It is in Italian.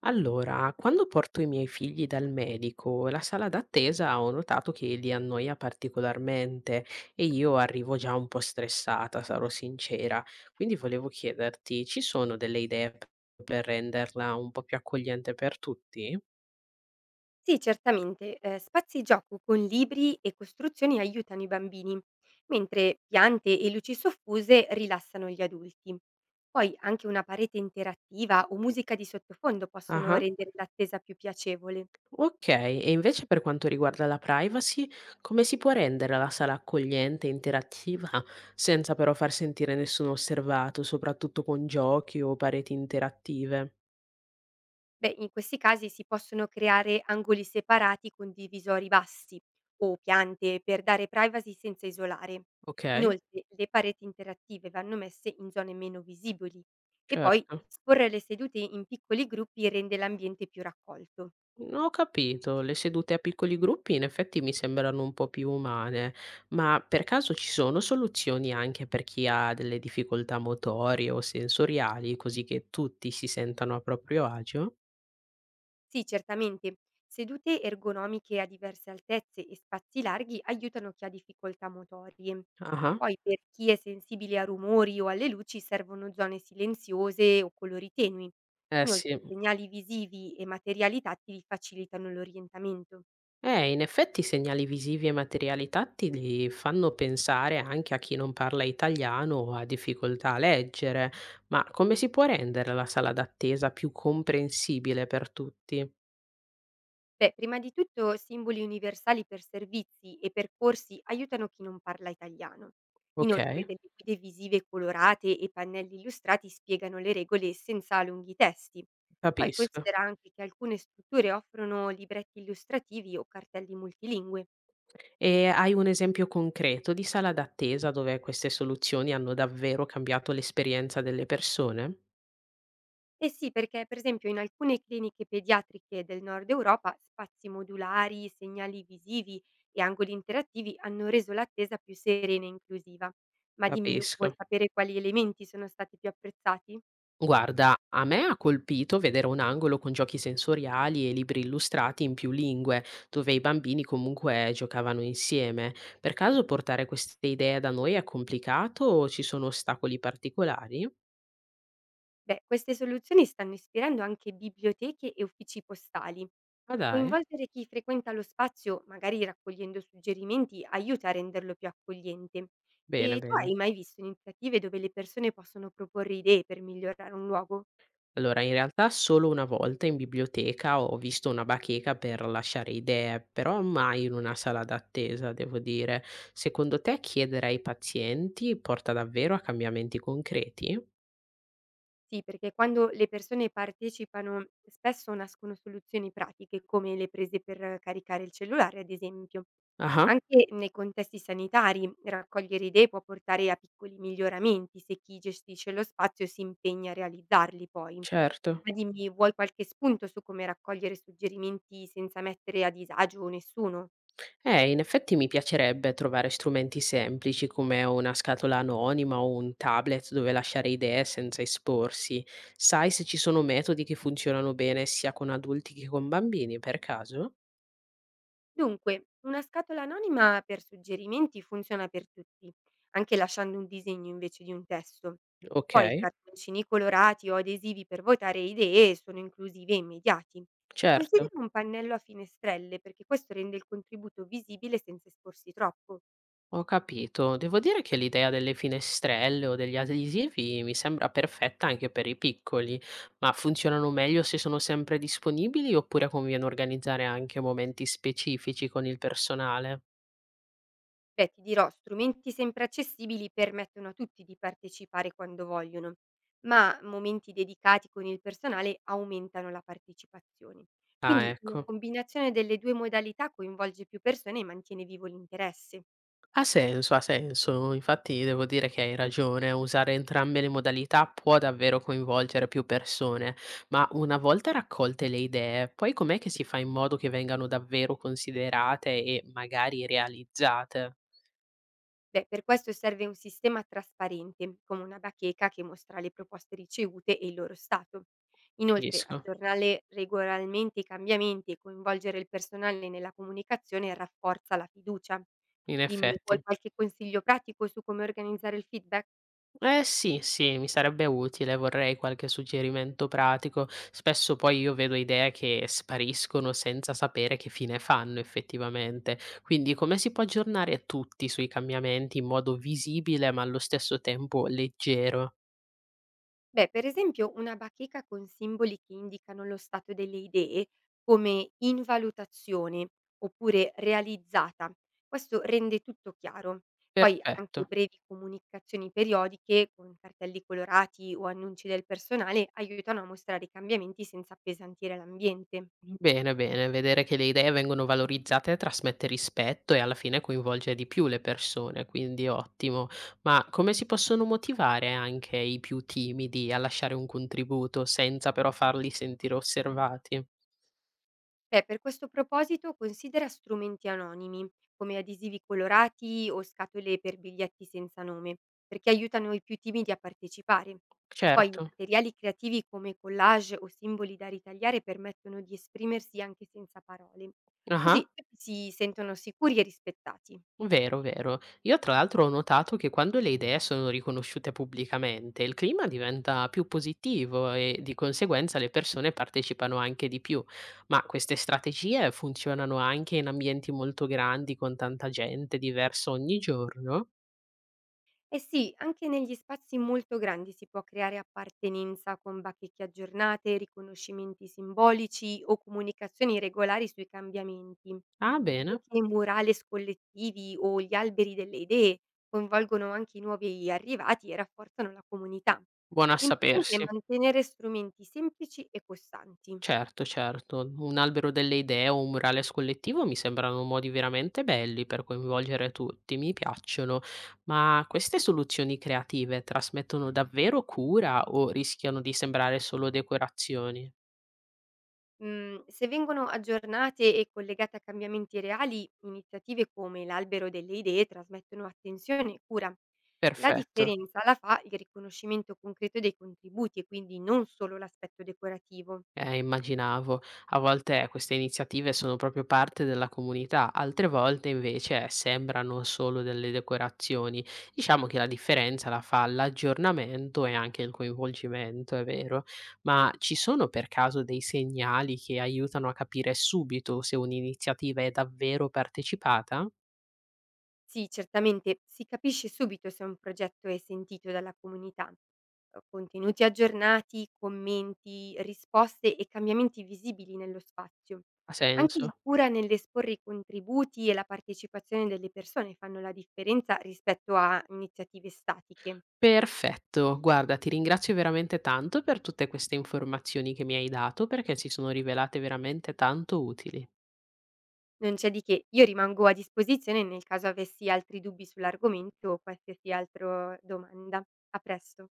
Allora, quando porto i miei figli dal medico, la sala d'attesa ho notato che li annoia particolarmente e io arrivo già un po' stressata, sarò sincera. Quindi volevo chiederti, ci sono delle idee per renderla un po' più accogliente per tutti? Sì, certamente. Spazi gioco con libri e costruzioni aiutano i bambini, mentre piante e luci soffuse rilassano gli adulti. Poi anche una parete interattiva o musica di sottofondo possono Ah, rendere l'attesa più piacevole. ok. E invece per quanto riguarda la privacy, come si può rendere la sala accogliente e interattiva senza però far sentire nessuno osservato, soprattutto con giochi o pareti interattive? Beh, in questi casi si possono creare angoli separati con divisori bassi o piante per dare privacy senza isolare. Ok. Inoltre, le pareti interattive vanno messe in zone meno visibili e poi Certo. disporre le sedute in piccoli gruppi rende l'ambiente più raccolto. No, ho capito. Le sedute a piccoli gruppi in effetti mi sembrano un po' più umane, ma per caso ci sono soluzioni anche per chi ha delle difficoltà motorie o sensoriali, così che tutti si sentano a proprio agio? Sì, certamente. Sedute ergonomiche a diverse altezze e spazi larghi aiutano chi ha difficoltà motorie. Ah-ah. Poi per chi è sensibile a rumori o alle luci servono zone silenziose o colori tenui. Eh Inoltre sì. segnali visivi e materiali tattili facilitano l'orientamento. In effetti segnali visivi e materiali tattili fanno pensare anche a chi non parla italiano o ha difficoltà a leggere, ma come si può rendere la sala d'attesa più comprensibile per tutti? Beh, prima di tutto simboli universali per servizi e percorsi aiutano chi non parla italiano. Ok. Inoltre delle guide visive colorate e pannelli illustrati spiegano le regole senza lunghi testi. Poi Capisco. considera anche che alcune strutture offrono libretti illustrativi o cartelli multilingue. E hai un esempio concreto di sala d'attesa dove queste soluzioni hanno davvero cambiato l'esperienza delle persone? Eh sì, perché per esempio in alcune cliniche pediatriche del nord Europa spazi modulari, segnali visivi e angoli interattivi hanno reso l'attesa più serena e inclusiva. Ma dimmi, vuoi Capisco. sapere quali elementi sono stati più apprezzati? Guarda, a me ha colpito vedere un angolo con giochi sensoriali e libri illustrati in più lingue, dove i bambini comunque giocavano insieme. Per caso portare queste idee da noi è complicato o ci sono ostacoli particolari? Beh, queste soluzioni stanno ispirando anche biblioteche e uffici postali. Ah dai, Coinvolgere chi frequenta lo spazio, magari raccogliendo suggerimenti, aiuta a renderlo più accogliente. bene, E tu bene. hai mai visto iniziative dove le persone possono proporre idee per migliorare un luogo? Allora, in realtà solo una volta in biblioteca ho visto una bacheca per lasciare idee, però mai in una sala d'attesa, devo dire. Secondo te chiedere ai pazienti porta davvero a cambiamenti concreti? Sì, perché quando le persone partecipano spesso nascono soluzioni pratiche, come le prese per caricare il cellulare, ad esempio. Ah, Anche nei contesti sanitari raccogliere idee può portare a piccoli miglioramenti se chi gestisce lo spazio si impegna a realizzarli poi. certo. Ma dimmi, vuoi qualche spunto su come raccogliere suggerimenti senza mettere a disagio nessuno? In effetti mi piacerebbe trovare strumenti semplici come una scatola anonima o un tablet dove lasciare idee senza esporsi. Sai se ci sono metodi che funzionano bene sia con adulti che con bambini, per caso? Dunque, una scatola anonima per suggerimenti funziona per tutti, anche lasciando un disegno invece di un testo. Ok, Poi cartoncini colorati o adesivi per votare idee sono inclusivi e immediati. certo. Considera un pannello a finestrelle perché questo rende il contributo visibile senza esporsi troppo. Ho capito. Devo dire che l'idea delle finestrelle o degli adesivi mi sembra perfetta anche per i piccoli, ma funzionano meglio se sono sempre disponibili oppure conviene organizzare anche momenti specifici con il personale? Beh, ti dirò, strumenti sempre accessibili permettono a tutti di partecipare quando vogliono, ma momenti dedicati con il personale aumentano la partecipazione. Ah, Quindi una ecco. combinazione delle due modalità coinvolge più persone e mantiene vivo l'interesse. Ha senso, ha senso. Infatti devo dire che hai ragione, usare entrambe le modalità può davvero coinvolgere più persone, ma una volta raccolte le idee, poi com'è che si fa in modo che vengano davvero considerate e magari realizzate? Beh, per questo serve un sistema trasparente, come una bacheca che mostra le proposte ricevute e il loro stato. Inoltre, Capisco, aggiornare regolarmente i cambiamenti e coinvolgere il personale nella comunicazione rafforza la fiducia. in Dimmi, effetti. vuoi qualche consiglio pratico su come organizzare il feedback? Eh sì, sì, mi sarebbe utile, vorrei qualche suggerimento pratico. Spesso poi io vedo idee che spariscono senza sapere che fine fanno effettivamente. Quindi come si può aggiornare tutti sui cambiamenti in modo visibile ma allo stesso tempo leggero? Beh, per esempio una bacheca con simboli che indicano lo stato delle idee, come in valutazione oppure realizzata. Questo rende tutto chiaro. Poi anche Perfetto. brevi comunicazioni periodiche con cartelli colorati o annunci del personale aiutano a mostrare i cambiamenti senza appesantire l'ambiente. Bene, bene, vedere che le idee vengono valorizzate trasmette rispetto e alla fine coinvolge di più le persone, quindi ottimo. Ma come si possono motivare anche i più timidi a lasciare un contributo senza però farli sentire osservati? Beh, per questo proposito considera strumenti anonimi, come adesivi colorati o scatole per biglietti senza nome, perché aiutano i più timidi a partecipare. Poi i Certo. materiali creativi come collage o simboli da ritagliare permettono di esprimersi anche senza parole. Ah. Così tutti si sentono sicuri e rispettati. Vero, vero. Io tra l'altro ho notato che quando le idee sono riconosciute pubblicamente, il clima diventa più positivo e di conseguenza le persone partecipano anche di più. Ma queste strategie funzionano anche in ambienti molto grandi, con tanta gente diversa ogni giorno? Eh sì, anche negli spazi molto grandi si può creare appartenenza con bacheche aggiornate, riconoscimenti simbolici o comunicazioni regolari sui cambiamenti. Ah, bene, Anche i murales collettivi o gli alberi delle idee coinvolgono anche i nuovi arrivati e rafforzano la comunità. buono a L'importante è sapersi. mantenere strumenti semplici e costanti. Certo, certo. Un albero delle idee o un murales collettivo mi sembrano modi veramente belli per coinvolgere tutti, mi piacciono, ma queste soluzioni creative trasmettono davvero cura o rischiano di sembrare solo decorazioni? Mhmm, se vengono aggiornate e collegate a cambiamenti reali, iniziative come l'albero delle idee trasmettono attenzione e cura. La Perfetto. differenza la fa il riconoscimento concreto dei contributi e quindi non solo l'aspetto decorativo. Immaginavo. A volte queste iniziative sono proprio parte della comunità, altre volte invece sembrano solo delle decorazioni. Diciamo che la differenza la fa l'aggiornamento e anche il coinvolgimento, è vero, ma ci sono per caso dei segnali che aiutano a capire subito se un'iniziativa è davvero partecipata? Sì, certamente si capisce subito se un progetto è sentito dalla comunità. Contenuti aggiornati, commenti, risposte e cambiamenti visibili nello spazio. Ha Anche la senso? cura nell'esporre i contributi e la partecipazione delle persone fanno la differenza rispetto a iniziative statiche. Perfetto, guarda, ti ringrazio veramente tanto per tutte queste informazioni che mi hai dato perché si sono rivelate veramente tanto utili. Non c'è di che, io rimango a disposizione nel caso avessi altri dubbi sull'argomento o qualsiasi altra domanda. A presto.